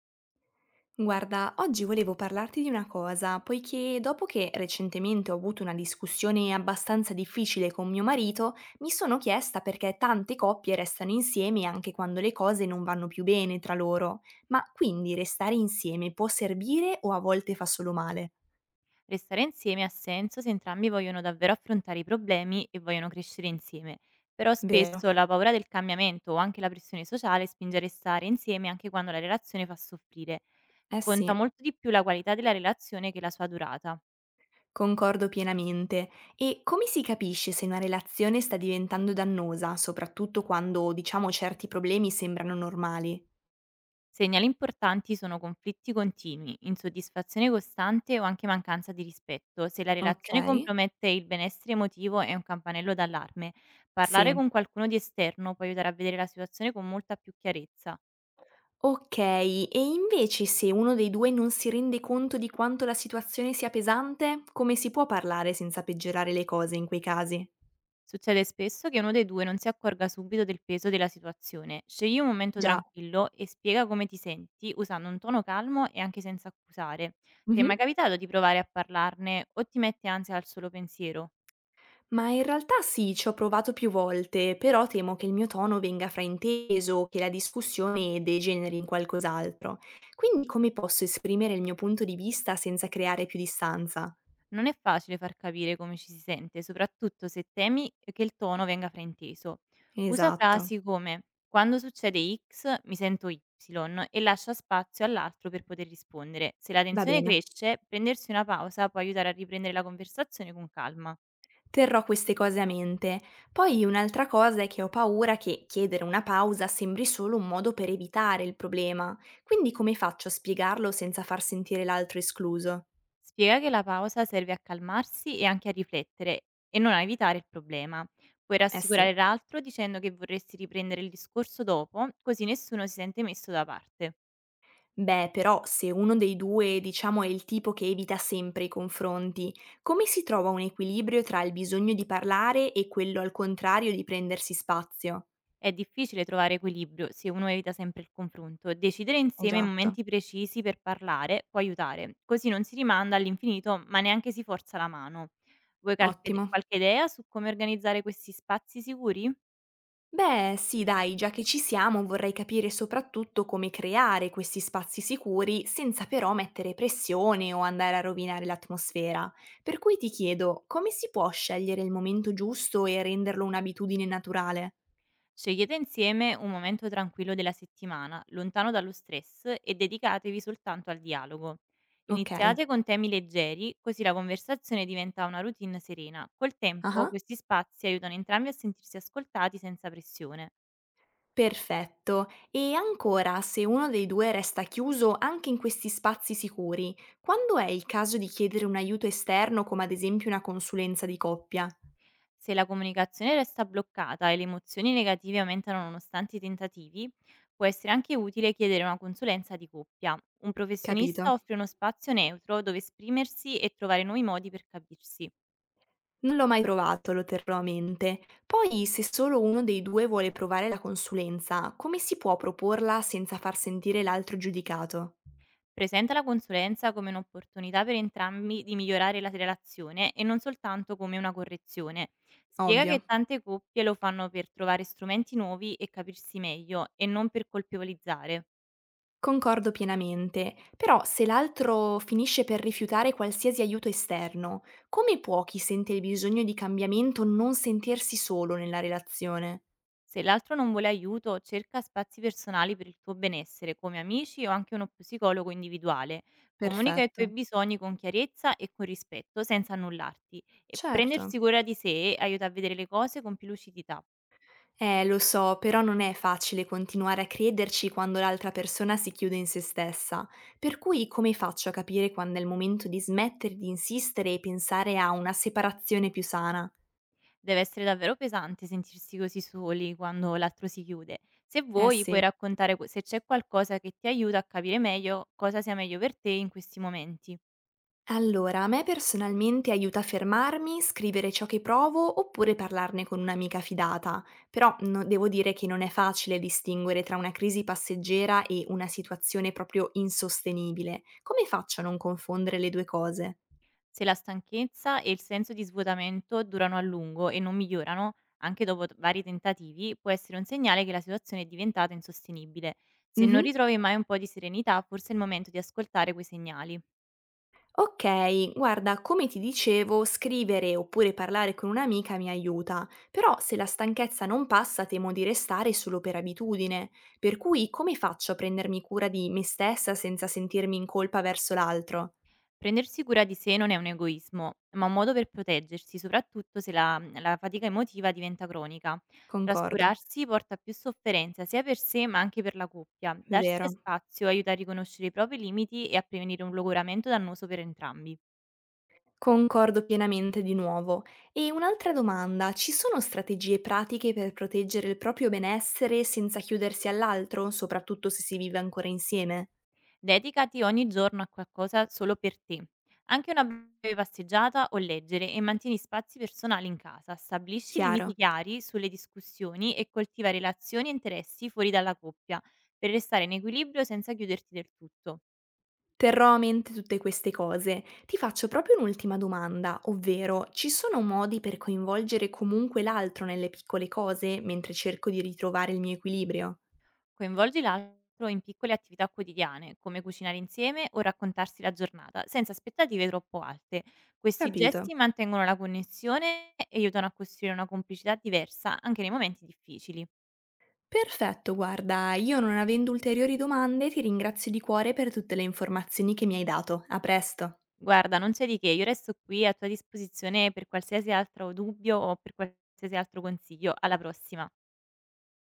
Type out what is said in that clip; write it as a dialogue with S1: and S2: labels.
S1: Guarda, oggi volevo parlarti di una cosa, poiché dopo che recentemente ho avuto una discussione abbastanza difficile con mio marito, mi sono chiesta perché tante coppie restano insieme anche quando le cose non vanno più bene tra loro. Ma quindi restare insieme può servire o a volte fa solo male?
S2: Restare insieme ha senso se entrambi vogliono davvero affrontare i problemi e vogliono crescere insieme, però
S1: Vero?
S2: spesso la paura del cambiamento o anche la pressione sociale spinge a restare insieme anche quando la relazione fa soffrire.
S1: Eh
S2: Conta
S1: sì.
S2: molto di più la qualità della relazione che la sua durata.
S1: Concordo pienamente. E come si capisce se una relazione sta diventando dannosa, soprattutto quando, diciamo, certi problemi sembrano normali?
S2: Segnali importanti sono conflitti continui, insoddisfazione costante o anche mancanza di rispetto. Se la
S1: Ok.
S2: relazione compromette il benessere emotivo è un campanello d'allarme. Parlare
S1: Sì.
S2: con qualcuno di esterno può aiutare a vedere la situazione con molta più chiarezza.
S1: Okay, e invece se uno dei due non si rende conto di quanto la situazione sia pesante, come si può parlare senza peggiorare le cose in quei casi?
S2: Succede spesso che uno dei due non si accorga subito del peso della situazione. Scegli un momento
S1: Già.
S2: tranquillo e spiega come ti senti usando un tono calmo e anche senza accusare. Ti è
S1: Mh-mh.
S2: mai capitato di provare a parlarne o ti mette ansia al solo pensiero?
S1: Ma in realtà sì, ci ho provato più volte, però temo che il mio tono venga frainteso, che la discussione degeneri in qualcos'altro. Quindi come posso esprimere il mio punto di vista senza creare più distanza?
S2: Non è facile far capire come ci si sente, soprattutto se temi che il tono venga frainteso. Usa
S1: Esatto,
S2: frasi come quando succede X mi sento Y e lascia spazio all'altro per poter rispondere. Se la
S1: va
S2: tensione
S1: bene.
S2: cresce, prendersi una pausa può aiutare a riprendere la conversazione con calma.
S1: Terrò queste cose a mente. Poi un'altra cosa è che ho paura che chiedere una pausa sembri solo un modo per evitare il problema, quindi come faccio a spiegarlo senza far sentire l'altro escluso?
S2: Spiega che la pausa serve a calmarsi e anche a riflettere e non a evitare il problema. Puoi
S1: Eh sì.
S2: rassicurare l'altro dicendo che vorresti riprendere il discorso dopo, così nessuno si sente messo da parte.
S1: Beh, però se uno dei due, diciamo, è il tipo che evita sempre i confronti, come si trova un equilibrio tra il bisogno di parlare e quello al contrario di prendersi spazio?
S2: È difficile trovare equilibrio se uno evita sempre il confronto. Decidere insieme
S1: Esatto,
S2: momenti precisi per parlare può aiutare, così non si rimanda all'infinito ma neanche si forza la mano. Vuoi
S1: ottimo.
S2: qualche idea su come organizzare questi spazi sicuri?
S1: Beh, sì, dai, già che ci siamo, vorrei capire soprattutto come creare questi spazi sicuri senza però mettere pressione o andare a rovinare l'atmosfera. Per cui ti chiedo, come si può scegliere il momento giusto e renderlo un'abitudine naturale?
S2: Scegliete insieme un momento tranquillo della settimana, lontano dallo stress, e dedicatevi soltanto al dialogo.
S1: Ok,
S2: Iniziate con temi leggeri, così la conversazione diventa una routine serena. Col tempo
S1: aha,
S2: questi spazi aiutano entrambi a sentirsi ascoltati senza pressione.
S1: perfetto. E ancora, se uno dei due resta chiuso anche in questi spazi sicuri, quando è il caso di chiedere un aiuto esterno, come ad esempio una consulenza di coppia?
S2: Se la comunicazione resta bloccata e le emozioni negative aumentano nonostante i tentativi, può essere anche utile chiedere una consulenza di coppia. Un professionista
S1: Capito?
S2: offre uno spazio neutro dove esprimersi e trovare nuovi modi per capirsi.
S1: Non l'ho mai provato, lo terrò a mente. Poi, se solo uno dei due vuole provare la consulenza, come si può proporla senza far sentire l'altro giudicato?
S2: Presenta la consulenza come un'opportunità per entrambi di migliorare la relazione e non soltanto come una correzione. Spiega
S1: Ovvio.
S2: che tante coppie lo fanno per trovare strumenti nuovi e capirsi meglio, e non per colpevolizzare.
S1: Concordo pienamente, però se l'altro finisce per rifiutare qualsiasi aiuto esterno, come può chi sente il bisogno di cambiamento non sentirsi solo nella relazione?
S2: Se l'altro non vuole aiuto, cerca spazi personali per il tuo benessere, come amici o anche uno psicologo individuale. Comunica i tuoi
S1: Perfetto,
S2: bisogni con chiarezza e con rispetto, senza annullarti. E
S1: certo.
S2: prendersi cura di sé aiuta a vedere le cose con più lucidità.
S1: Lo so, però non è facile continuare a crederci quando l'altra persona si chiude in se stessa. Per cui come faccio a capire quando è il momento di smettere di insistere e pensare a una separazione più sana?
S2: Deve essere davvero pesante sentirsi così soli quando l'altro si chiude. Se
S1: Eh
S2: vuoi,
S1: sì.
S2: puoi raccontare se c'è qualcosa che ti aiuta a capire meglio cosa sia meglio per te in questi momenti.
S1: Allora, a me personalmente aiuta a fermarmi, scrivere ciò che provo oppure parlarne con un'amica fidata, però devo dire che non è facile distinguere tra una crisi passeggera e una situazione proprio insostenibile. Come faccio a non confondere le due cose?
S2: Se la stanchezza e il senso di svuotamento durano a lungo e non migliorano, anche dopo vari tentativi, può essere un segnale che la situazione è diventata insostenibile. Se non
S1: Mhm.
S2: ritrovi mai un po' di serenità, forse è il momento di ascoltare quei segnali.
S1: Ok, guarda, come ti dicevo, scrivere oppure parlare con un'amica mi aiuta, però se la stanchezza non passa temo di restare solo per abitudine, per cui come faccio a prendermi cura di me stessa senza sentirmi in colpa verso l'altro?
S2: Prendersi cura di sé non è un egoismo, ma un modo per proteggersi, soprattutto se la, la fatica emotiva diventa cronica.
S1: Concordo,
S2: Trascurarsi porta a più sofferenza sia per sé ma anche per la coppia. Darsi
S1: vero.
S2: spazio aiuta a riconoscere i propri limiti e a prevenire un logoramento dannoso per entrambi.
S1: Concordo pienamente di nuovo. E un'altra domanda, ci sono strategie pratiche per proteggere il proprio benessere senza chiudersi all'altro, soprattutto se si vive ancora insieme?
S2: Dedicati ogni giorno a qualcosa solo per te. Anche una breve passeggiata o leggere, e mantieni spazi personali in casa. Stabilisci
S1: Chiaro.
S2: limiti chiari sulle discussioni e coltiva relazioni e interessi fuori dalla coppia, per restare in equilibrio senza chiuderti del tutto.
S1: Terrò a mente tutte queste cose. Ti faccio proprio un'ultima domanda, ovvero ci sono modi per coinvolgere comunque l'altro nelle piccole cose mentre cerco di ritrovare il mio equilibrio?
S2: Coinvolgi l'altro in piccole attività quotidiane, come cucinare insieme o raccontarsi la giornata, senza aspettative troppo alte. Questi
S1: Capito.
S2: gesti mantengono la connessione e aiutano a costruire una complicità diversa anche nei momenti difficili.
S1: Perfetto, guarda, io non avendo ulteriori domande ti ringrazio di cuore per tutte le informazioni che mi hai dato. A presto.
S2: Guarda, non c'è di che, io resto qui a tua disposizione per qualsiasi altro dubbio o per qualsiasi altro consiglio. Alla prossima.